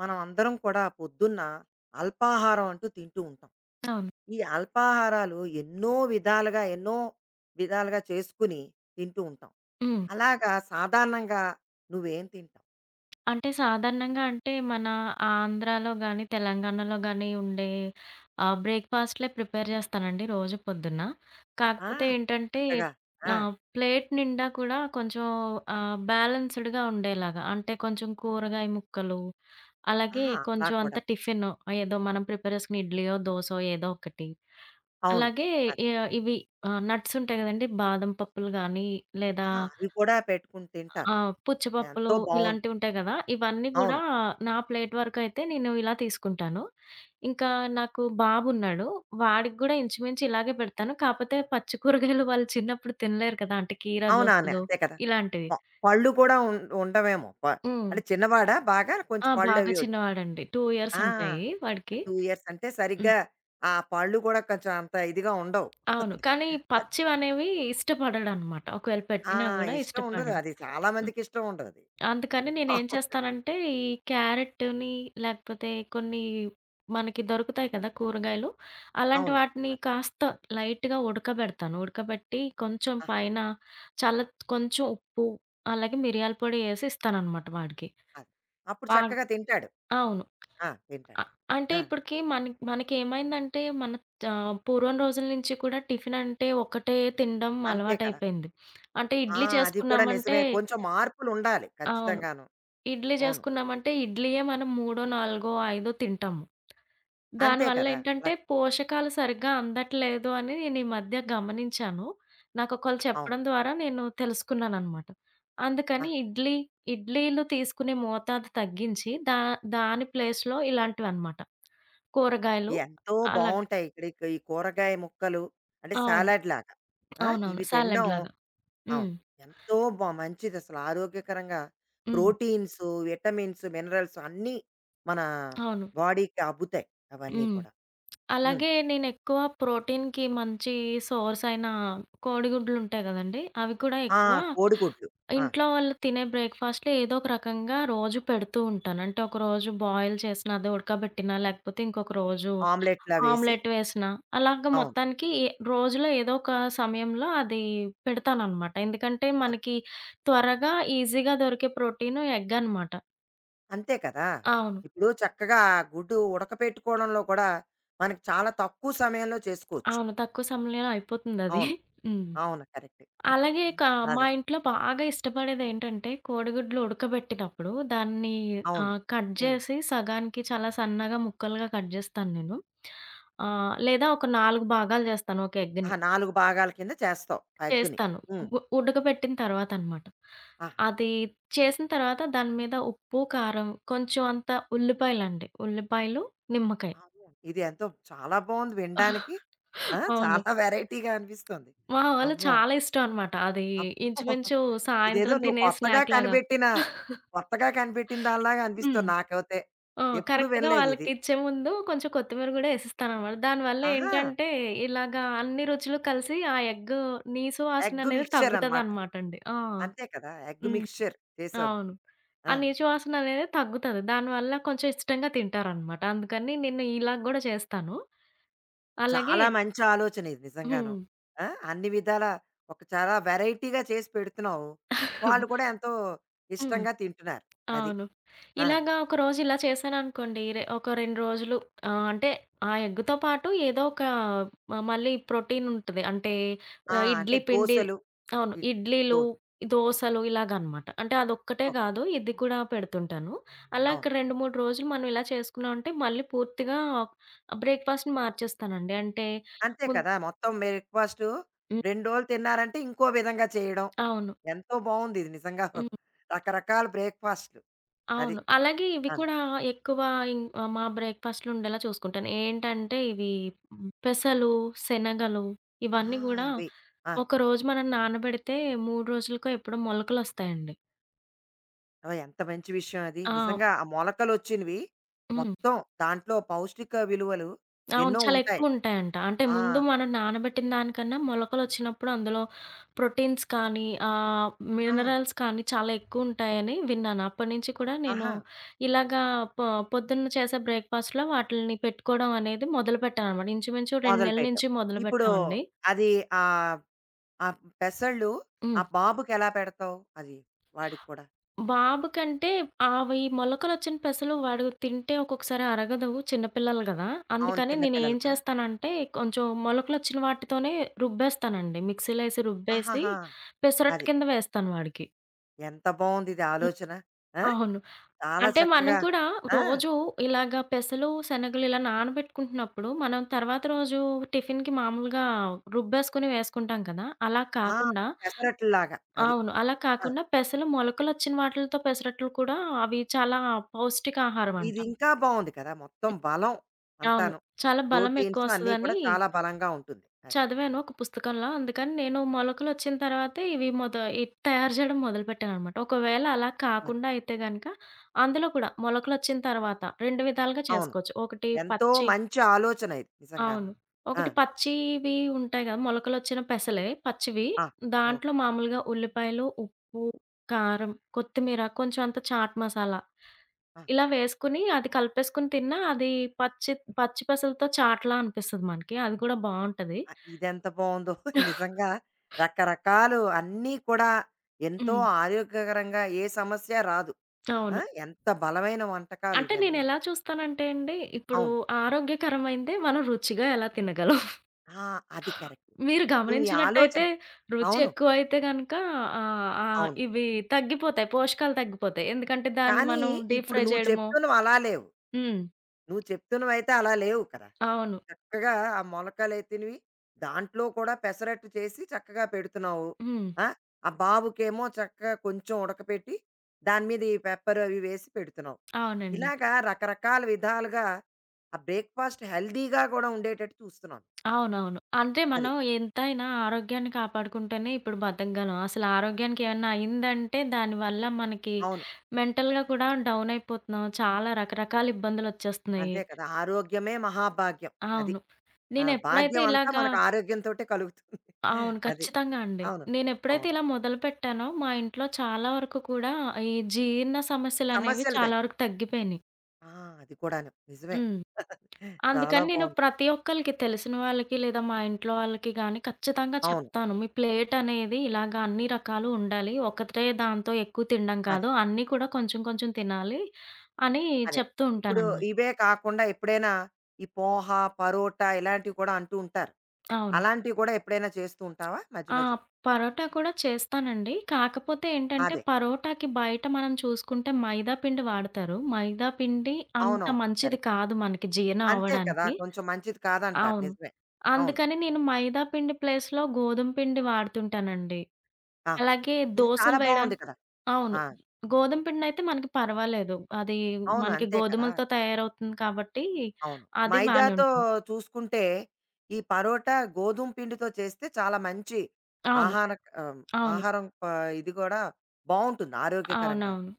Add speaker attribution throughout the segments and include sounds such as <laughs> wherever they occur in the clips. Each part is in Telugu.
Speaker 1: మనం అందరం కూడా పొద్దున్న అల్పాహారం అంటూ తింటూ ఉంటాం.
Speaker 2: అవును.
Speaker 1: ఈ అల్పాహారాలు ఎన్నో విధాలుగా, ఎన్నో విధాలుగా చేసుకుని తింటూ ఉంటాం.
Speaker 2: హ్మ్.
Speaker 1: అలాగా సాధారణంగా నువ్వేం తింటావు?
Speaker 2: అంటే సాధారణంగా అంటే మన ఆంధ్రాలో గాని, తెలంగాణలో గాని ఉండే బ్రేక్‌ఫాస్ట్‌లే ప్రిపేర్ చేస్తానండి రోజు పొద్దున్న.
Speaker 1: ఆ!
Speaker 2: కాకపోతే ఏంటంటే
Speaker 1: చక్కగా. ఆ!
Speaker 2: ప్లేట్ నిండా కూడా కొంచెం బ్యాలెన్స్‌డ్‌గా ఉండేలాగా అంటే కొంచెం కూరగాయ ముక్కలు, అలాగే
Speaker 1: ఆహా! అలా
Speaker 2: కొంచెం
Speaker 1: కూడా.
Speaker 2: అంత టిఫిను ఏదో మనం ప్రిపేర్ చేసుకున్న ఇడ్లీయో, దోసో ఏదో ఒకటి.
Speaker 1: అవును.
Speaker 2: అలాగే
Speaker 1: అది.
Speaker 2: య ఇవి నట్స్ ఉంటాయి కదండీ! బాదం పప్పులు గాని లేదా
Speaker 1: ఆహా! అవి కూడా పెట్టుకుని
Speaker 2: ఆ!
Speaker 1: తింటారు.
Speaker 2: పుచ్చపప్పులు
Speaker 1: ఎంతో బావుంది.
Speaker 2: ఇలాంటివుంటాయి గదా! ఇవన్నీ గూడా
Speaker 1: అవును.
Speaker 2: నా ప్లేట్ వరకైతే నేను ఇలా తీసుకుంటాను. ఇంకా నాకు బాబున్నాడు. వాడికి గూడా ఇంచుమించు ఇలాగే పెడతాను. కాపోతే పచ్చి కూరగాయలు వాళ్ళు చిన్నప్పుడు తినలేరు కదా! అంటే కీరా
Speaker 1: అవునా! నే
Speaker 2: దోసలు
Speaker 1: అంతే కదా! ప
Speaker 2: ఇలాంటివి.
Speaker 1: పళ్ళు కూడా ఉండవేమో.
Speaker 2: హ్మ్.
Speaker 1: అంటే చిన్నవాడా బాగా? కొంచెం
Speaker 2: ఆ! బాగా
Speaker 1: పళ్ళవి
Speaker 2: చిన్నవాడండి. 2 ఇయర్స్
Speaker 1: ఆ!
Speaker 2: ఉంటాయి వాడికి.
Speaker 1: 2 ఇయర్స్ అంటే
Speaker 2: హ్మ్.
Speaker 1: సరిగ్గా ఆ పళ్ళు కూడా కొంచెం అంత ఇదిగా ఉండవు.
Speaker 2: అవును. కానీ
Speaker 1: అది.
Speaker 2: పచ్చివనేవి ఇష్టపడడనమాట. ఒకవేళ
Speaker 1: ఆ!
Speaker 2: పెట్టినా గూడా
Speaker 1: ఇష్టం ఉండదు.
Speaker 2: ఇష్టపడడు.
Speaker 1: అది చాలా మందికి ఇష్టం ఉండదది.
Speaker 2: అందుకని నేనేం చేస్తానంటే, ఈ క్యారెట్‌ని లేకపోతే కొన్ని మనకి దొరుకుతాయి కదా కూరగాయలు. అలాంటి
Speaker 1: అవును.
Speaker 2: వాటిని
Speaker 1: అది.
Speaker 2: కాస్త లైట్‌గా ఉడకబెడతాను. ఉడకబెట్టి కొంచెం
Speaker 1: ఆహా!
Speaker 2: పైన చల్ల కొంచెం ఉప్పు, అలాగే మిరియాల పొడి ఏసి ఇస్తాననమాట వాడికి.
Speaker 1: అది. అప్పుడు
Speaker 2: వా
Speaker 1: చక్కగా తింటాడు.
Speaker 2: అవును.
Speaker 1: ఆ!
Speaker 2: అ
Speaker 1: తింటాడు.
Speaker 2: అంటే
Speaker 1: ఆ!
Speaker 2: ఇప్పటికి మనకేమైందంటే మన పూర్వం రోజుల నుంచి కూడా టిఫిన్ అంటే ఒకటే తినడం
Speaker 1: అంతే కదా!
Speaker 2: అలవాటైపోయింది. అంటే
Speaker 1: ఆ!
Speaker 2: ఇడ్లీ
Speaker 1: అది కూడా
Speaker 2: చేసుకున్నామంటే
Speaker 1: నిజమే. కొంచెం మార్పులుండాలి
Speaker 2: అవును.
Speaker 1: ఖచ్చితంగాను.
Speaker 2: ఇడ్లీ
Speaker 1: అవును.
Speaker 2: చేసుకున్నామంటే ఇడ్లీయే మనం మూడో, నాలుగో, ఐదో తింటాము.
Speaker 1: అంతే
Speaker 2: దానివల్ల
Speaker 1: కదా! అలా
Speaker 2: ఏంటంటే పోషకాలు సరిగ్గా అందట్లేదు అని నేను ఈ మధ్య గమనించాను. నాకొకళ్ళు
Speaker 1: అవును.
Speaker 2: చెప్పడం ద్వారా నేను తెలుసుకున్నాననమాట. అందుకని
Speaker 1: ఆహా!
Speaker 2: ఇడ్లీలు తీసుకునే మోతాదు తగ్గించి దాని ప్లేస్‌లో ఇలాంటివనమాట. కూరగాయలు
Speaker 1: ఎంతో
Speaker 2: అలాగే
Speaker 1: బావుంటాయి ఇక్కడ ఈ ఈ కూరగాయ ముక్కలు అంటే
Speaker 2: అవును.
Speaker 1: సాలడ్‌లాగా. ఆ!
Speaker 2: అవునవును.
Speaker 1: ఇవి తినడం
Speaker 2: సాలడ్‌లాగా. హ్మ్.
Speaker 1: అవును. ఎంతో బా మంచిదసలు ఆరోగ్యకరంగా
Speaker 2: హ్మ్.
Speaker 1: ప్రోటీన్స్, విటమిన్స్, మినరల్స్ అన్నీ మన
Speaker 2: అవును.
Speaker 1: బాడీకి అబ్బుతాయి అవన్నీ
Speaker 2: హ్మ్.
Speaker 1: కూడా. హ్మ్.
Speaker 2: అలాగే నేనెక్కువ ప్రోటీన్‌కి మంచి సోర్స్ అయిన కోడిగుడ్లుంటాయి గదండీ! అవి కూడా
Speaker 1: ఆ!
Speaker 2: ఎక్కువ
Speaker 1: కోడిగుడ్లు. ఆ!
Speaker 2: ఇంట్లో వాళ్ళు తినే బ్రేక్‌ఫాస్ట్‌లో ఏదో ఒక రకంగా రోజు పెడుతూ ఉంటాను. అంటే ఒకరోజు బాయిల్ చేసిన, అదే ఉడకబెట్టినా, లేకపోతే ఇంకొక రోజు
Speaker 1: ఆమ్లెట్‌లా వేసి.
Speaker 2: ఆమ్లెట్ వేసిన, అలాగ
Speaker 1: అవును.
Speaker 2: మొత్తానికి ఏ రోజులో ఏదో ఒక సమయంలో అది పెడతాననమాట. ఎందుకంటే
Speaker 1: అది.
Speaker 2: మనకి త్వరగా, ఈజీగా దొరికే ప్రోటీను ఎగ్ అనమాట.
Speaker 1: అంతే కదా!
Speaker 2: అవును.
Speaker 1: ఇప్పుడు చక్కగా ఆ గుడ్డు ఉడకపెట్టుకోవడంలో కూడా మనకి చాలా తక్కువ సమయంలో చేసుకోవచ్చు.
Speaker 2: అవును. తక్కువ సమయంలో అయిపోతుందది.
Speaker 1: అవును.
Speaker 2: హ్మ్.
Speaker 1: అవును. కరెక్ట్.
Speaker 2: అలాగే మా
Speaker 1: అదే.
Speaker 2: ఇంట్లో బాగా ఇష్టపడేదేంటంటే, కోడిగుడ్లు ఉడకబెట్టినప్పుడు దాన్ని
Speaker 1: అవును.
Speaker 2: కట్
Speaker 1: హ్మ్.
Speaker 2: జేసి సగానికి చాలా సన్నగా ముక్కలుగా కట్ జేస్తాను నేను. లేదా ఒక 4 భాగాలు జేస్తాను ఒక ఎగ్‌ని.
Speaker 1: ఆహా! 4 భాగాల కింద చేస్తావు ఆ ఎగ్గుని.
Speaker 2: చేస్తాను.
Speaker 1: హ్మ్.
Speaker 2: ఉడకబెట్టిన తర్వాతనమాట.
Speaker 1: ఆహా!
Speaker 2: అది చేసిన తర్వాత దాని మీద ఉప్పు, కారం, కొంచెం అంత ఉల్లిపాయలండి. ఉల్లిపాయలు, నిమ్మకాయ.
Speaker 1: అవును. ఇది ఎంతో చాలా బాగుంది వినడానికి. ఆ!
Speaker 2: అవును.
Speaker 1: చాలా <laughs> వెరైటీగా అనిపిస్తుంది.
Speaker 2: మా వాళ్ళు
Speaker 1: అమ్మో!
Speaker 2: చాలా ఇష్టం అనమాట. అది
Speaker 1: అబ్బో!
Speaker 2: ఇంచుమించు
Speaker 1: ఇదేదో
Speaker 2: సాయంత్రం
Speaker 1: నువ్వు
Speaker 2: తినే
Speaker 1: కొత్తగా
Speaker 2: స్నాక్ లాగా.
Speaker 1: కనిపెట్టిన కొత్తగా కనిపెట్టిన దానిలాగా
Speaker 2: హ్మ్.
Speaker 1: అనిపిస్తుంది నాకైతే.
Speaker 2: ఆ!
Speaker 1: ఎప్పుడు
Speaker 2: కరెక్ట్‌గా
Speaker 1: వినలేదు ఇది.
Speaker 2: వాళ్ళకిచ్చే ముందు కొంచెం కొత్తిమీర గూడా యేసిస్తాననమాట. దానివల్ల
Speaker 1: ఆహా!
Speaker 2: ఏంటంటే, ఇలాగా అన్ని రుచులు కలిసి ఆ ఎగ్ నీసు
Speaker 1: ఎగ్
Speaker 2: వాసననేది
Speaker 1: మిక్స్చర్ అనమాట.
Speaker 2: తగ్గుతదనమాటండి. ఆ!
Speaker 1: అంతే కదా! ఎగ్
Speaker 2: హ్మ్.
Speaker 1: మిక్స్చర్ చేసావు నువ్వు.
Speaker 2: అవును.
Speaker 1: ఆ!
Speaker 2: ఆ నీచు వాసననేది తగ్గుతది. దానివల్ల కొంచెం ఇష్టంగా తింటారనమాట. అందుకని నేను ఇలా గూడా చేస్తాను. అలాగే
Speaker 1: చాలా మంచి ఆలోచన ఇది నిజంగాను.
Speaker 2: హ్మ్.
Speaker 1: ఆ! అన్ని విధాలా ఒక చాలా వెరైటీగా చేసి పెడుతున్నావు. వాళ్ళు కూడా
Speaker 2: <laughs>
Speaker 1: ఎంతో
Speaker 2: హ్మ్.
Speaker 1: ఇష్టంగా తింటున్నారు. అది.
Speaker 2: అవును.
Speaker 1: ఆ!
Speaker 2: ఇలాగా ఒక రోజు ఇలా చేశాననుకోండి. ఒక 2 రోజులు అంటే ఆ ఎగ్‌తో పాటు ఏదో ఒక మళ్ళీ ప్రోటీన్ ఉంటది. అంటే
Speaker 1: ఆ! అంటే
Speaker 2: ఇడ్లీ పిండి
Speaker 1: దోసలు.
Speaker 2: అవును.
Speaker 1: ఇడ్ దో
Speaker 2: ఇడ్లీలు, దోసలు ఇలాగనమాట. అంటే అదొక్కటే
Speaker 1: ఓకే.
Speaker 2: కాదు. ఇది కూడా పెడుతుంటాను. అలా
Speaker 1: అవును.
Speaker 2: ఒక 2, 3 రోజులు మనం ఇలా చేసుకున్నామంటే మళ్ళీ పూర్తిగా బ్రేక్‌ఫాస్ట్‌ని మార్చేస్తానండి. అంటే
Speaker 1: అంతే
Speaker 2: ముం
Speaker 1: కదా! మొత్తం మీ బ్రేక్‌ఫాస్టు
Speaker 2: హ్మ్.
Speaker 1: 2 రోజులు తిన్నారంటే ఇంకో విధంగా చేయడం.
Speaker 2: అవును.
Speaker 1: ఎంతో బావుందిది నిజంగా.
Speaker 2: హ్మ్.
Speaker 1: రకరకాల బ్రేక్‌ఫాస్ట్‌లు. అది.
Speaker 2: అవును. అలాగే ఇవి
Speaker 1: అది.
Speaker 2: కూడా ఎక్కువ మా బ్రేక్‌ఫాస్ట్‌లో ఉండేలా చూసుకుంటాను. ఏంటంటే ఇవి హ్మ్, పెసలు, శనగలు
Speaker 1: ఆ!
Speaker 2: ఇవన్నీ గూడా
Speaker 1: ఇవి. ఆ!
Speaker 2: ఒకరోజు మనం నానబెడితే 3 రోజులకో ఎప్పుడో మొలకలొస్తాయండి.
Speaker 1: ఓహ్! ఎంత మంచి విషయం అది.
Speaker 2: ఆ!
Speaker 1: నిజంగా ఆ మొలకలొచ్చినవి
Speaker 2: హ్మ్.
Speaker 1: మొత్తం దాంట్లో పౌష్టిక విలువలు
Speaker 2: అవును.
Speaker 1: ఎన్నో
Speaker 2: చాలా
Speaker 1: ఉంటాయి.
Speaker 2: ఎక్కువుంటాయంట. అంటే
Speaker 1: ఆ!
Speaker 2: ముందు మనం నానబెట్టిన దానికన్నా మొలకలొచ్చినప్పుడు అందులో ప్రోటీన్స్ కానీ,
Speaker 1: ఆహా!
Speaker 2: మినరల్స్ కానీ చాలా ఎక్కువుంటాయని విన్నాను. అప్పటినుంచి కూడా నేను
Speaker 1: ఆహా!
Speaker 2: ఇలాగా పొ పొద్దున్న చేసే బ్రేక్‌ఫాస్ట్‌లో వాటిల్ని పెట్టుకోవడం అనేది మొదలుపెట్టాననమాట. ఇంచుమించు 2 నెలల
Speaker 1: మొదలుపెట్టావు.
Speaker 2: నుంచి
Speaker 1: ఇప్పుడు
Speaker 2: మొదలుపెట్టామండి.
Speaker 1: అది ఆహ్, ఆ పెసళ్ళు ఆ
Speaker 2: హ్మ్.
Speaker 1: బాబుకెలా పెడతావు? అది వాడికి కూడా?
Speaker 2: బాబు కంటే అవి మొలకలొచ్చిన పెసలు వాడు తింటే ఒక్కొక్కసారి అరగదు చిన్నపిల్లలు గదా!
Speaker 1: అవును.
Speaker 2: అందుకని
Speaker 1: చిన్న పిల్లలు
Speaker 2: నేనేం
Speaker 1: కదా!
Speaker 2: చేస్తానంటే కొంచెం మొలకలొచ్చిన వాటితోనే రుబ్బేస్తానండి. మిక్సీలో ఏసి రుబ్బేసి
Speaker 1: ఆహాహా!
Speaker 2: పెసరట్టు
Speaker 1: అది.
Speaker 2: కింద వేస్తాను వాడికి.
Speaker 1: ఎంత బావుందిది
Speaker 2: హ్మ్.
Speaker 1: ఆలోచన. ఆ!
Speaker 2: అవును.
Speaker 1: చాలా
Speaker 2: అంటే మనం
Speaker 1: చక్కగా
Speaker 2: కూడా
Speaker 1: ఆ!
Speaker 2: రోజు ఇలాగ పెసలు, శనగలు ఇలా నానబెట్టుకుంటున్నప్పుడు మనం తర్వాత రోజు టిఫిన్‌కి మామూలుగా రుబ్బేసుకొని వేసుకుంటాం కదా! అలా
Speaker 1: ఆ!
Speaker 2: కాకుండా
Speaker 1: పెసరట్లులాగా అది.
Speaker 2: అవును. అలా
Speaker 1: ఆ!
Speaker 2: కాకుండా పెసలు మొలకలొచ్చిన వాటిలతో పెసరట్లు కూడా అవి చాలా పౌష్టికాహారమంట.
Speaker 1: ఇదింకా బావుంది కదా! మొత్తం బలం
Speaker 2: అవును.
Speaker 1: అంతాను.
Speaker 2: చాలా బలం
Speaker 1: ప్రోటీన్స్ అన్నీ కూడా
Speaker 2: ఎక్కువొస్తదని
Speaker 1: చాలా బలంగా ఉంటుంది. అది.
Speaker 2: చదివాను ఒక పుస్తకంలో. అందుకని నేను మొలకలొచ్చిన తర్వాతే ఇవి ఇది తయారు చేయడం మొదలుపెట్టాననమాట. ఒకవేళ అలా
Speaker 1: అది.
Speaker 2: కాకుండా అయితే గనక అందులో కూడా మొలకలొచ్చిన తర్వాత 2 విధాలుగా
Speaker 1: అవును.
Speaker 2: చేసుకోవచ్చు. ఒకటి
Speaker 1: ఎంతో
Speaker 2: పచ్చి
Speaker 1: మంచి ఆలోచన ఇది నిజంగాను.
Speaker 2: అవును.
Speaker 1: ఆ!
Speaker 2: ఒకటి పచ్చివి ఉంటాయి గదా! మొలకలొచ్చిన పెసలే పచ్చివి.
Speaker 1: ఆ!
Speaker 2: దాంట్లో
Speaker 1: ఓకే.
Speaker 2: మామూలుగా ఉల్లిపాయలు, ఉప్పు, కారం, కొత్తిమీర, కొంచెం అంత చాట్ మసాలా
Speaker 1: ఆ!
Speaker 2: ఇలా వేసుకొని అది కలిపేసుకొని తిన్నా అది పచ్చి పచ్చి పెసలతో చాట్‌లా అనిపిస్తది మనకి. అది గూడా బావుంటది.
Speaker 1: ఆ! ఇదెంత బావుందో <laughs> నిజంగా రకరకాలు అన్నీ కూడా ఎంతో
Speaker 2: హ్మ్.
Speaker 1: ఆరోగ్యకరంగా ఏ సమస్య రాదు. ఆ!
Speaker 2: అవును.
Speaker 1: ఎంత బలమైన వంటకాలు
Speaker 2: అంటే
Speaker 1: ఇవన్నీను.
Speaker 2: నేనెలా చూస్తానంటే అండి, ఇప్పుడు
Speaker 1: అవును.
Speaker 2: ఆరోగ్యకరమైనదే మనం రుచిగా ఎలా తినగలం?
Speaker 1: ఆ! అది కరెక్ట్.
Speaker 2: మీరు
Speaker 1: నువ్వు ఈ ఆలోచన
Speaker 2: గమనించినట్టయితే రుచి
Speaker 1: అవును.
Speaker 2: ఎక్కువైతే గనక ఆహ్, ఆహ్,
Speaker 1: అవును.
Speaker 2: ఇవి తగ్గిపోతాయి. పోషకాలు తగ్గిపోతాయి. ఎందుకంటే దాన్ని
Speaker 1: కానీ
Speaker 2: మనం డీప్
Speaker 1: ఇప్పుడు
Speaker 2: ఫ్రై
Speaker 1: నువ్వు
Speaker 2: చేయడమో
Speaker 1: చెప్తున్నవి అలా లేవు.
Speaker 2: హ్మ్.
Speaker 1: నువ్వు చెప్తున్నవయితే అలా లేవు కదా!
Speaker 2: అవును.
Speaker 1: చక్కగా ఆ మొలకలెత్తినవి దాంట్లో కూడా పెసరట్టు చేసి చక్కగా పెడుతున్నావు.
Speaker 2: హ్మ్.
Speaker 1: ఆ! ఆ బాబుకేమో చక్కగా కొంచెం ఉడకపెట్టి దాని మీద ఈ పెప్పర్ అవి వేసి పెడుతున్నావు.
Speaker 2: అవునండి.
Speaker 1: ఇలాగా రకరకాల విధాలుగా ఆ బ్రేక్‌ఫాస్ట్ హెల్తీగా కూడా ఉండేటట్టు చూస్తున్నాను.
Speaker 2: అవునవును. అంటే
Speaker 1: అది.
Speaker 2: మనం ఎంతైనా ఆరోగ్యాన్ని కాపాడుకుంటేనే ఇప్పుడు బతకగలం. అసలు ఆరోగ్యానికి ఏమన్నా అయిందంటే దానివల్ల మనకి
Speaker 1: అవును.
Speaker 2: మెంటల్‌గా కూడా డౌన్ అయిపోతున్నాం. చాలా రకరకాల ఇబ్బందులొచ్చేస్తున్నాయి.
Speaker 1: అంతే కదా! ఆరోగ్యమే మహాభాగ్యం. అది.
Speaker 2: అవును.
Speaker 1: ఆ!
Speaker 2: నేనెప్పుడైతే
Speaker 1: భాగ్యం అంతా
Speaker 2: ఇలాగా
Speaker 1: మనకు ఆరోగ్యంతోటే కలుగుతుంది.
Speaker 2: అవును.
Speaker 1: అది.
Speaker 2: ఖచ్చితంగా అండి.
Speaker 1: అవును.
Speaker 2: నేనెప్పుడైతే
Speaker 1: అవును.
Speaker 2: ఇలా మొదలుపెట్టానో, మా ఇంట్లో చాలా వరకు కూడా ఈ జీర్ణ సమస్యలనేవి
Speaker 1: సమస్యలు
Speaker 2: చాలా
Speaker 1: తగ్గి
Speaker 2: వరకు తగ్గిపోయినియి.
Speaker 1: ఆ! అది కూడాను. నిజమే.
Speaker 2: హ్మ్.
Speaker 1: చాలా
Speaker 2: అందుకని నేను
Speaker 1: బావుంది.
Speaker 2: ప్రతి ఒక్కళ్ళకి తెలిసిన వాళ్ళకి, లేదా మా ఇంట్లో వాళ్ళకి గాని ఖచ్చితంగా
Speaker 1: అవును.
Speaker 2: చెప్తాను. మీ ప్లేటనేది ఇలాగ అన్ని రకాలు ఉండాలి. ఒకటే దాంతో ఎక్కువ తినడం
Speaker 1: అదే.
Speaker 2: కాదు. అన్నీ కూడా కొంచెం కొంచెం తినాలి అని
Speaker 1: అదే.
Speaker 2: చెప్తూ
Speaker 1: ఇప్పుడు
Speaker 2: ఉంటాననమాట.
Speaker 1: ఇవే కాకుండా ఎప్పుడైనా ఈ పోహ, పరోటా ఇలాంటివి కూడా అంటూ ఉంటారు.
Speaker 2: అవును.
Speaker 1: అలాంటివి కూడా ఎప్పుడైనా చేస్తూ ఉంటావా మధ్య
Speaker 2: ఆ!
Speaker 1: మధ్యలో?
Speaker 2: పరోటా కూడా చేస్తానండి. కాకపోతే ఏంటంటే,
Speaker 1: అదే.
Speaker 2: పరోటాకి బయట మనం చూసుకుంటే మైదా పిండి వాడతారు. మైదా పిండి అంత
Speaker 1: అవునవును.
Speaker 2: మంచిది
Speaker 1: కరెక్ట్.
Speaker 2: కాదు మనకి జీర్ణం
Speaker 1: అంతే కదా!
Speaker 2: అవ్వడానికి.
Speaker 1: కొంచెం మంచిది కాదంటారు.
Speaker 2: అవును.
Speaker 1: నిజమే. అవును.
Speaker 2: అందుకని నేను మైదా పిండి ప్లేస్‌లో గోధుమ పిండి వాడుతుంటానండి.
Speaker 1: ఆహా!
Speaker 2: అలాగే
Speaker 1: ఇది
Speaker 2: దోసలు
Speaker 1: చాలా
Speaker 2: వేయడా
Speaker 1: బావుంది కదా!
Speaker 2: అవును.
Speaker 1: ఆ!
Speaker 2: గోధుమ పిండయితే మనకి పర్వాలేదు. అది
Speaker 1: అవును.
Speaker 2: మనకి
Speaker 1: అంతే కదా!
Speaker 2: గోధుమలతో తయారవుతుంది కాబట్టి,
Speaker 1: అవును.
Speaker 2: అది బానే
Speaker 1: మైదాతో
Speaker 2: ఉంటుంది.
Speaker 1: చూసుకుంటే, ఈ పరోటా గోధుమ పిండితో చేస్తే చాలా మంచి
Speaker 2: అవును.
Speaker 1: ఆహార ఆహ్,
Speaker 2: అవును.
Speaker 1: ఆహారం ఇది గూడా బావుంటుంది ఆరోగ్యకరంగాను.
Speaker 2: అవునవును.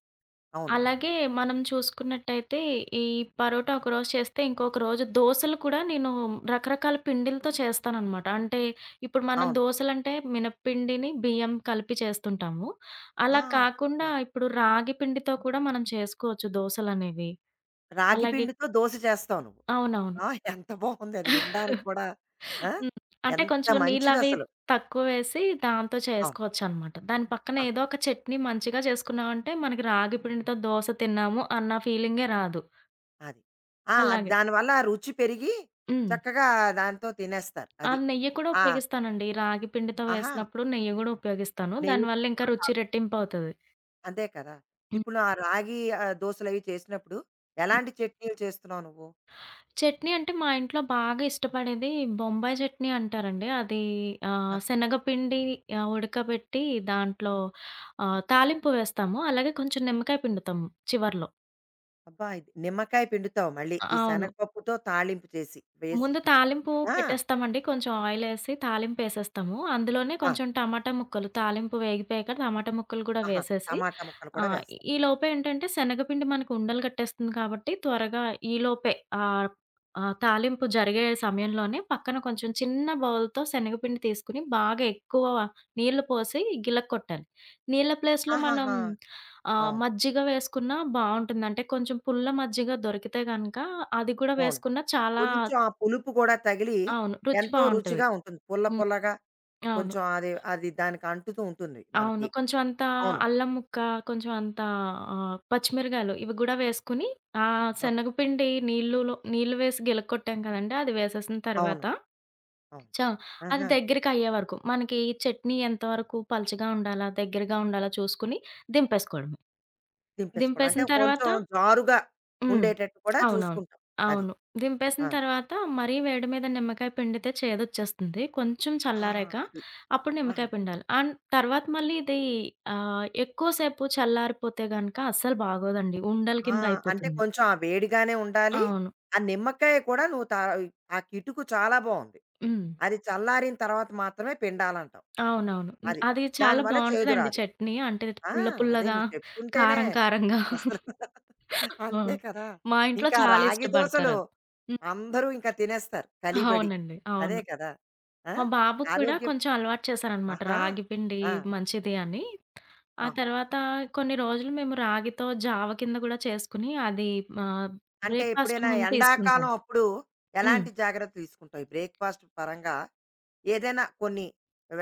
Speaker 1: అవును.
Speaker 2: అలాగే మనం చూసుకున్నట్టయితే ఈ పరోటా ఒకరోజు చేస్తే, ఇంకొక రోజు దోసలు కూడా నేను రకరకాల పిండిలతో చేస్తాననమాట. అంటే ఇప్పుడు మనం
Speaker 1: అవును.
Speaker 2: దోసలంటే మినప్పిండిని, బియ్యం కలిపి చేస్తుంటాము.
Speaker 1: ఆ!
Speaker 2: అలా కాకుండా
Speaker 1: అలా.
Speaker 2: ఇప్పుడు రాగి పిండితో కూడా మనం చేసుకోవచ్చు దోసలనేవి.
Speaker 1: రాగి
Speaker 2: అలాగే
Speaker 1: పిండితో దోస చేస్తావు నువ్వు.
Speaker 2: అవునవును.
Speaker 1: ఆ! ఎంత బావుంది అది వినడానికి కూడా. ఆ!
Speaker 2: హ్మ్. అంటే
Speaker 1: ఎంత
Speaker 2: కొంచెం నీళ్ళవి
Speaker 1: మంచిదసలు.
Speaker 2: తక్కువేసి దాంతో
Speaker 1: అవును.
Speaker 2: చేసుకోవచ్చనమాట. దాని పక్కన
Speaker 1: ఆహా!
Speaker 2: ఏదో ఒక చట్నీ మంచిగా చేసుకున్నామంటే మనకి రాగి పిండితో దోస తిన్నాము అన్న ఫీలింగే రాదు.
Speaker 1: అది. ఆ!
Speaker 2: అలాగే.
Speaker 1: దానివల్ల ఆ రుచి పెరిగి,
Speaker 2: హ్మ్.
Speaker 1: చక్కగా దాంతో తినేస్తారు.
Speaker 2: ఆ!
Speaker 1: అది.
Speaker 2: నెయ్యి కూడా
Speaker 1: ఆ!
Speaker 2: ఉపయోగిస్తానండి. రాగి పిండితో
Speaker 1: ఆహా!
Speaker 2: వేసినప్పుడు నెయ్యి గూడా ఉపయోగిస్తాను.
Speaker 1: నెయ్యి
Speaker 2: దానివల్ల ఇంకా
Speaker 1: కూడా
Speaker 2: రుచి
Speaker 1: కాదు.
Speaker 2: రెట్టింపవుతది.
Speaker 1: అంతే కదా!
Speaker 2: హ్మ్.
Speaker 1: ఇప్పుడు ఆ రాగి దోసలవి చేసినప్పుడు
Speaker 2: హ్మ్.
Speaker 1: ఎలాంటి చట్నీలు చేస్తున్నావు నువ్వు?
Speaker 2: చట్నీ అంటే మా ఇంట్లో బాగా ఇష్టపడేది బొంబాయి చట్నీ అంటారండి. అది
Speaker 1: ఆహా!
Speaker 2: శనగపిండి ఉడకబెట్టి దాంట్లో తాలింపు వేస్తాము. అలాగే కొంచెం నిమ్మకాయ పిండుతాము చివర్లో.
Speaker 1: అబ్బా! ఇది నిమ్మకాయ పిండుతావు మళ్ళీ.
Speaker 2: ఆ!
Speaker 1: ఈ
Speaker 2: అవును.
Speaker 1: శనగపప్పుతో తాళింపు చేసి, వేసి.
Speaker 2: ముందు తాలింపు
Speaker 1: ఆ!
Speaker 2: పెట్టేస్తామండి. కొంచెం ఆయిలేసి తాలింపేసేస్తాము. అందులోనే
Speaker 1: ఆ!
Speaker 2: కొంచెం టమాటా ముక్కలు తాలింపు వేగిపోయాక టమాటా ముక్కలు గూడా
Speaker 1: ఆహా!
Speaker 2: వేసేసి
Speaker 1: టమాటా ముక్కలు కూడా
Speaker 2: ఆహ్,
Speaker 1: వేస్తావు.
Speaker 2: ఈ లోపే ఏంటంటే శనగపిండి మనకు ఉండలు కట్టేస్తుంది కాబట్టి త్వరగా ఈ లోపే ఆహ్, ఆహ్, తాలింపు జరిగే సమయంలోనే పక్కన కొంచెం చిన్న బౌల్‌తో శనగపిండి తీసుకొని బాగా ఎక్కువ నీళ్లు పోసి గిలక్కొట్టాలి. నీళ్ల ప్లేస్‌లో మనం
Speaker 1: ఆహాహా! అవును.
Speaker 2: మజ్జిగ వేసుకున్నా బావుంటుంది. అంటే కొంచెం పుల్ల మజ్జిగ దొరికితే గనక అది కూడా
Speaker 1: అవును.
Speaker 2: వేసుకున్నా చాలా
Speaker 1: కొంచెం ఆ పులుపు కూడా తగిలి
Speaker 2: అవును. రుచి
Speaker 1: ఎంతో
Speaker 2: బావుంటది.
Speaker 1: రుచిగా ఉంటుంది. పుల్ల
Speaker 2: హ్మ్.
Speaker 1: పుల్లగా
Speaker 2: అవును.
Speaker 1: కొంచెం అది అది దానికి అంటుతూ ఉంటుంది
Speaker 2: అవును.
Speaker 1: మనకి.
Speaker 2: కొంచెం అంత
Speaker 1: అవును.
Speaker 2: అల్లం ముక్క, కొంచెం అంత పచ్చిమిరగాయలు ఇవి గూడా వేసుకొని, ఆ
Speaker 1: ఆ!
Speaker 2: శనగపిండి నీళ్ళులో నీళ్ళు వేసి గిలక్కొట్టాం కదండీ! అది వేసేసిన
Speaker 1: అవును.
Speaker 2: తర్వాత
Speaker 1: అవును.
Speaker 2: చ అది
Speaker 1: ఆహా!
Speaker 2: దగ్గరికయ్యే వరకు మనకి చట్నీ ఎంతవరకు పలచగా ఉండాలా, దగ్గరగా ఉండాలా చూసుకొని దింపేసుకోవడమే.
Speaker 1: దింపేసుకోవడం. అంటే
Speaker 2: దింపేసిన తర్వాత
Speaker 1: కొంచెం జారుగా
Speaker 2: హ్మ్.
Speaker 1: ఉండేటట్టు కూడా
Speaker 2: అవునవును.
Speaker 1: చూసుకుంటాం. అది.
Speaker 2: అవును. దింపేసిన
Speaker 1: ఆ!
Speaker 2: తర్వాత మరీ వేడి మీద నిమ్మకాయ పిండితే చేదొచ్చేస్తుంది. కొంచెం
Speaker 1: ఆ!
Speaker 2: చల్లారాక
Speaker 1: అది.
Speaker 2: అప్పుడు నిమ్మకాయ
Speaker 1: ఆహా!
Speaker 2: పిండాలి. అండ్ తర్వాత మళ్ళీ ఇది ఎక్కువ సేపు చల్లారిపోతే గనక అస్సలు బాగోదండి. ఉండల
Speaker 1: ఆ!
Speaker 2: కింద
Speaker 1: అంటే
Speaker 2: అయిపోతుంది.
Speaker 1: కొంచెం ఆ వేడిగానే ఉండాలి.
Speaker 2: అవును.
Speaker 1: ఆ నిమ్మకాయ కూడా నువ్వు తా ఆ కిటుకు చాలా బావుంది.
Speaker 2: హ్మ్.
Speaker 1: అది చల్లారిన తర్వాత మాత్రమే పిండాలంటావు.
Speaker 2: అవునవును. హ్మ్.
Speaker 1: అది.
Speaker 2: అది చాలా
Speaker 1: దానివల్ల చేదు
Speaker 2: బావుంటదండి
Speaker 1: రాదు.
Speaker 2: చట్నీ. అంటే
Speaker 1: ఆ!
Speaker 2: పుల్ల
Speaker 1: అదే
Speaker 2: పుల్లగా,
Speaker 1: నువ్వు చెప్తుంటేనే
Speaker 2: కారం కారంగా.
Speaker 1: అసలు
Speaker 2: ఆ!
Speaker 1: అంతే కదా!
Speaker 2: మా ఇంట్లో
Speaker 1: ఇంకా
Speaker 2: చాలా
Speaker 1: రాగి దోసలు
Speaker 2: ఇష్టపడతారది. హ్మ్.
Speaker 1: అందరూ ఇంకా తినేస్తారు కలిబడి.
Speaker 2: అవునండి.
Speaker 1: అదే
Speaker 2: అవును.
Speaker 1: కదా! ఆ!
Speaker 2: మా బాబుకి కూడా
Speaker 1: ఆరోగ్యం
Speaker 2: కొంచెం అలవాటు చేశారనమాట.
Speaker 1: ఆహా!
Speaker 2: రాగి పిండి
Speaker 1: ఆ!
Speaker 2: మంచిది అని. ఆ
Speaker 1: ఆ!
Speaker 2: తర్వాత కొన్ని రోజులు మేము రాగితో జావ కింద గూడా చేసుకుని అది ఆహ్,
Speaker 1: అంటే
Speaker 2: బ్రేక్‌ఫాస్ట్
Speaker 1: ఎప్పుడైనా
Speaker 2: ముందు తీసుకుంటాం.
Speaker 1: ఎండాకాలం అప్పుడు
Speaker 2: హ్మ్.
Speaker 1: ఎలాంటి జాగ్రత్తలు తీసుకుంటావు? ఈ బ్రేక్‌ఫాస్ట్ పరంగా ఏదైనా కొన్ని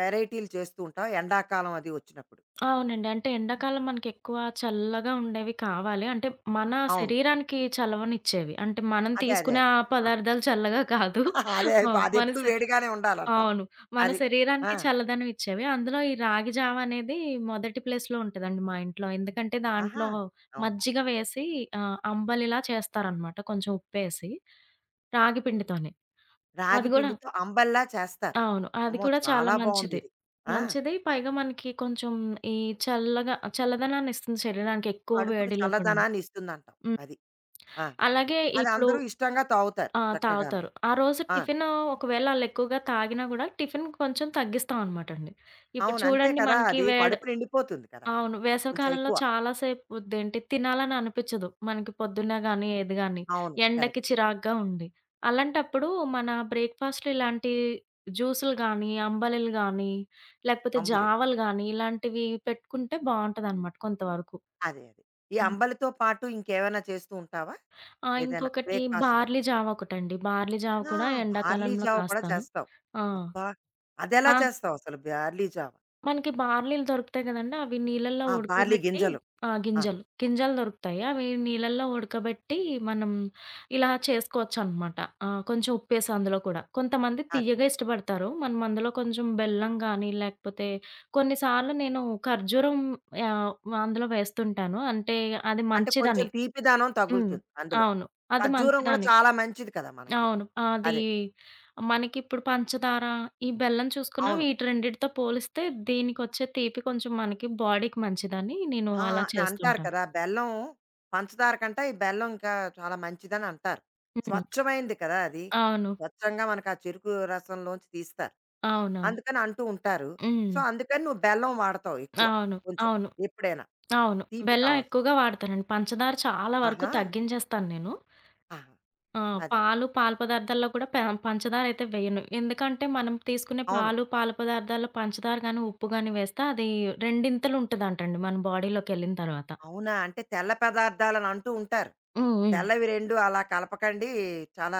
Speaker 1: వెరైటీలు చేస్తూ ఉంటావు ఎండాకాలం అది వచ్చినప్పుడు.
Speaker 2: అవునండి. అంటే ఎండాకాలం మనకెక్కువ చల్లగా ఉండేవి కావాలి. అంటే మన
Speaker 1: అవును.
Speaker 2: శరీరానికి చలవనిచ్చేవి. అంటే మనం
Speaker 1: అదే. అదే.
Speaker 2: తీసుకునే
Speaker 1: అదే.
Speaker 2: ఆ
Speaker 1: ఆ!
Speaker 2: పదార్థాలు చల్లగా కాదు.
Speaker 1: <laughs> అదే
Speaker 2: ఆ! మన
Speaker 1: అదెప్పుడు
Speaker 2: శ
Speaker 1: వేడిగానే ఉండాలంటావు.
Speaker 2: అవును. మన
Speaker 1: అది. ఆ!
Speaker 2: శరీరానికి చల్లదనం ఇచ్చేవి. అందులో ఈ రాగి జావ అనేది మొదటి ప్లేస్‌లో ఉంటదండి మా ఇంట్లో. ఎందుకంటే
Speaker 1: ఆహా!
Speaker 2: దాంట్లో
Speaker 1: అవును.
Speaker 2: మజ్జిగ వేసి అంబలిలా చేస్తారనమాట. కొంచెం ఉప్పేసి రాగి పిండితోనే. అది
Speaker 1: రాగి
Speaker 2: గూడా
Speaker 1: పిండితో అంబల్లా చేస్తారు.
Speaker 2: అవును. అది
Speaker 1: అమ్మో!
Speaker 2: కూడా చాలా
Speaker 1: చాలా
Speaker 2: మంచిది.
Speaker 1: బావుందిది. ఆ!
Speaker 2: మంచిది. పైగా మనకి కొంచెం ఈ చల్లగా చల్లదనాన్నిస్తుంది శరీరానికి ఎక్కువ
Speaker 1: కడుపుకి
Speaker 2: వేడిలో కూడాను.
Speaker 1: చల్లదనాన్ని ఇస్తుందంటావు.
Speaker 2: హ్మ్.
Speaker 1: అది. ఆ!
Speaker 2: అలాగే
Speaker 1: అది
Speaker 2: ఇప్పుడు
Speaker 1: అందరూ ఇష్టంగా తాగుతారు
Speaker 2: ఆ!
Speaker 1: చక్కగాను.
Speaker 2: తాగుతారు. ఆ రోజు
Speaker 1: ఆ!
Speaker 2: టిఫిను ఒకవేళ ఆళ్ళెక్కువగా తాగినా గూడా టిఫిన్ కొంచెం తగ్గిస్తామనమాట అండి. ఇప్పుడు
Speaker 1: అవును. అంతే
Speaker 2: చూడండి
Speaker 1: కదా!
Speaker 2: మనకి
Speaker 1: అది
Speaker 2: వేడి
Speaker 1: కడుపు నిండిపోతుంది కదా!
Speaker 2: అవును.
Speaker 1: కొంచెం
Speaker 2: వేసవికాలంలో
Speaker 1: ఎక్కువ.
Speaker 2: చాలా సేపు దేంటి తినాలని అనిపిచ్చదు. మనకి పొద్దున్నే గానీ, ఏది గానీ,
Speaker 1: అవును.
Speaker 2: ఎండకి
Speaker 1: కరెక్ట్.
Speaker 2: చిరాగ్గా ఉండి. అలాంటప్పుడు మన బ్రేక్‌ఫాస్ట్‌లో ఇలాంటి జ్యూసులు గానీ, అంబలిలు గానీ, లేకపోతే
Speaker 1: అంబలి.
Speaker 2: జావలు గానీ, ఇలాంటివి పెట్టుకుంటే బావుంటదనమాట కొంతవరకు.
Speaker 1: అదే. ఈ
Speaker 2: హ్మ్.
Speaker 1: అంబలితో పాటు ఇంకేమైనా చేస్తూ ఉంటావా?
Speaker 2: ఆ!
Speaker 1: ఏదైనా
Speaker 2: ఇంకొకటి
Speaker 1: బ్రేక్‌ఫాస్ట్‌గా?
Speaker 2: బార్లీ జావ ఒకటండి. బార్లీ జావ
Speaker 1: ఆ!
Speaker 2: కూడా
Speaker 1: బార్లీ
Speaker 2: ఎండాకాలంలో
Speaker 1: జావ కూడా
Speaker 2: కాస్తాను.
Speaker 1: చేస్తావు.
Speaker 2: ఆ!
Speaker 1: అబ్బా! అదెలా
Speaker 2: ఆ!
Speaker 1: చేస్తావసలు బార్లీ జావ?
Speaker 2: మనకి బార్లీలు దొరుకుతాయి గదండీ! అవి నీళ్ళల్లో
Speaker 1: ఆ! బార్లీ
Speaker 2: ఉడకబెట్టి
Speaker 1: గింజలు.
Speaker 2: ఆ!
Speaker 1: ఆ!
Speaker 2: గింజలు. గింజలు దొరుకుతాయి. అవి నీళ్ళల్లో ఉడకబెట్టి మనం ఇలా చేసుకోవచ్చనమాట. కొంచెం ఉప్పేసి అందులో కూడా. కొంతమంది
Speaker 1: అదే.
Speaker 2: తియ్యగా ఇష్టపడతారు. మనం అందులో కొంచెం బెల్లం గానీ, లేకపోతే కొన్నిసార్లు నేను ఖర్జూరం ఆహ్, అందులో వేస్తుంటాను. అంటే అది
Speaker 1: అంటే కొంచెం
Speaker 2: మంచిదని.
Speaker 1: తీపిదనం
Speaker 2: హ్మ్.
Speaker 1: తగులుతుంది అందులో.
Speaker 2: అవును. అది
Speaker 1: ఖర్జూరం కూడా
Speaker 2: మంచిదని.
Speaker 1: చాలా మంచిది కదా మనకి.
Speaker 2: అవును. అది
Speaker 1: అదే.
Speaker 2: మనకిప్పుడు పంచదార, ఈ బెల్లం చూసుకున్న
Speaker 1: అవును.
Speaker 2: వీటి రెండిటితో పోలిస్తే దీనికొచ్చే తీపి కొంచెం మనకి బాడీకి మంచిదని నేను
Speaker 1: ఆ!
Speaker 2: అలా
Speaker 1: అని అంటారు
Speaker 2: చేస్తుంటాను.
Speaker 1: కదా! బెల్లం పంచదార కంటే ఈ బెల్లం ఇంకా చాలా మంచిదని అంటారు.
Speaker 2: హ్మ్.
Speaker 1: స్వచ్ఛమైంది కదా! అది.
Speaker 2: అవును.
Speaker 1: స్వచ్ఛంగా మనకు ఆ చెరుకు రసంలోంచి తీస్తారు.
Speaker 2: అవునవును.
Speaker 1: అందుకని అంటూ ఉంటారు. సో,
Speaker 2: హ్మ్.
Speaker 1: అందుకని నువ్వు బెల్లం వాడతావు ఎక్కువ.
Speaker 2: అవును.
Speaker 1: కొంచెం
Speaker 2: అవును.
Speaker 1: ఎప్పుడైనా.
Speaker 2: అవును.
Speaker 1: తీపి
Speaker 2: బెల్లం
Speaker 1: కావాల్సి
Speaker 2: ఎక్కువగా వాడతానండి. పంచదార చాలా వరకు
Speaker 1: ఆహా!
Speaker 2: తగ్గించేస్తాను నేను.
Speaker 1: ఆహా!
Speaker 2: ఆ!
Speaker 1: అది.
Speaker 2: పాలు, పాలు పదార్థాల్లో కూడా పె పంచదార అయితే వేయను. ఎందుకంటే మనం తీసుకునే
Speaker 1: అవును.
Speaker 2: పాలు, పాల పదార్థాల్లో పంచదార గాని, ఉప్పు గాని వేస్తే అది రెండింతలు ఉంటదంటండి మన బాడీలోకెళ్ళిన తర్వాత.
Speaker 1: అవునా? అంటే తెల్ల పదార్థాలని అంటూ ఉంటారు.
Speaker 2: హ్మ్. హ్మ్.
Speaker 1: తెల్లవి 2 అలా కలపకండి. చాలా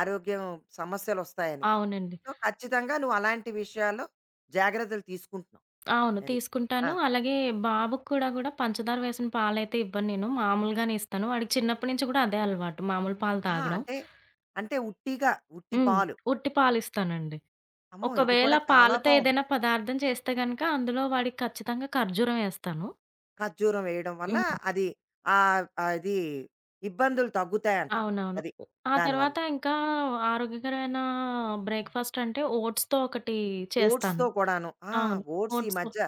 Speaker 1: ఆరోగ్యం సమస్యలొస్తాయని.
Speaker 2: అవునండి.
Speaker 1: సో, ఖచ్చితంగా నువ్వు అలాంటి విషయాల్లో జాగ్రత్తలు తీసుకుంటున్నావు.
Speaker 2: అవును.
Speaker 1: అది. ఆ!
Speaker 2: తీసుకుంటాను. అలాగే బాబుకి కూడా గూడా పంచదార వేసిన పాలైతే ఇవ్వను నేను. మామూలుగానే ఇస్తాను. వాడికి చిన్నప్పటి నుంచి కూడా అదే అలవాటు. మామూలు పాలు
Speaker 1: ఆహా!
Speaker 2: తాగడం.
Speaker 1: అంటే, అంటే ఉట్టిగా, ఉట్టి
Speaker 2: హ్మ్.
Speaker 1: పాలు.
Speaker 2: ఉట్టి పాలిస్తానండి.
Speaker 1: అమ్మో! ఇది
Speaker 2: ఒకవేళ
Speaker 1: కూడా చాలా
Speaker 2: పాలతో
Speaker 1: బావుంది.
Speaker 2: ఏదైనా పదార్థం చేస్తే గనక అందులో వాడికి ఖచ్చితంగా ఖర్జూరం ఏస్తాను.
Speaker 1: ఖర్జూరం వేయడం వల్ల
Speaker 2: హ్మ్.
Speaker 1: అది అది ఇబ్బందులు తగ్గుతాయంటావు.
Speaker 2: అవునవును.
Speaker 1: అది.
Speaker 2: ఆ
Speaker 1: దానివల్ల.
Speaker 2: తర్వాత ఇంకా ఆరోగ్యకరమైన బ్రేక్‌ఫాస్ట్ అంటే ఓట్స్‌తో ఒకటి చేస్తాను.
Speaker 1: ఓట్స్‌తో కూడాను. ఆ!
Speaker 2: అవును.
Speaker 1: ఓట్స్ ఈ
Speaker 2: ఓట్స్‌తో
Speaker 1: మధ్య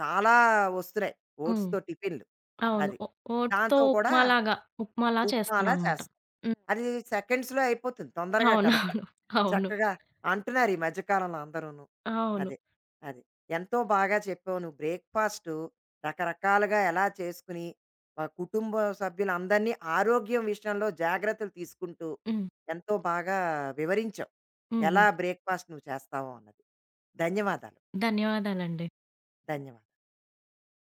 Speaker 1: చాలా వస్తున్నాయి.
Speaker 2: హ్మ్.
Speaker 1: ఓట్స్‌తో టిఫిన్‌లు.
Speaker 2: అవును.
Speaker 1: అది.
Speaker 2: ఓట్స్‌తో
Speaker 1: దాంతో కూడా
Speaker 2: ఉప్మాలాగా, ఉప్మాలా
Speaker 1: ఉప్మాలా
Speaker 2: చేస్తాననమాట.
Speaker 1: చేస్తాం.
Speaker 2: హ్మ్.
Speaker 1: అది సెకండ్స్‌లో అయిపోతుంది తొందరగా కదా!
Speaker 2: అవునవును. అవును.
Speaker 1: చక్కగా అంటున్నారు ఈ మధ్య కాలంలో అందరూను.
Speaker 2: అవును.
Speaker 1: అదే. అది. ఎంతో బాగా చెప్పావు నువ్వు బ్రేక్‌ఫాస్టు రకరకాలుగా ఎలా చేసుకుని కుటుంబ సభ్యులందరినీ ఆరోగ్యం విషయంలో జాగ్రత్తలు తీసుకుంటూ
Speaker 2: హ్మ్.
Speaker 1: ఎంతో బాగా వివరించావు.
Speaker 2: హ్మ్.
Speaker 1: ఎలా
Speaker 2: హ్మ్.
Speaker 1: బ్రేక్‌ఫాస్ట్ నువ్వు చేస్తావో అన్నది. ధన్యవాదాలు.
Speaker 2: ధన్యవాదాలండి.
Speaker 1: ధన్యవాదాలు.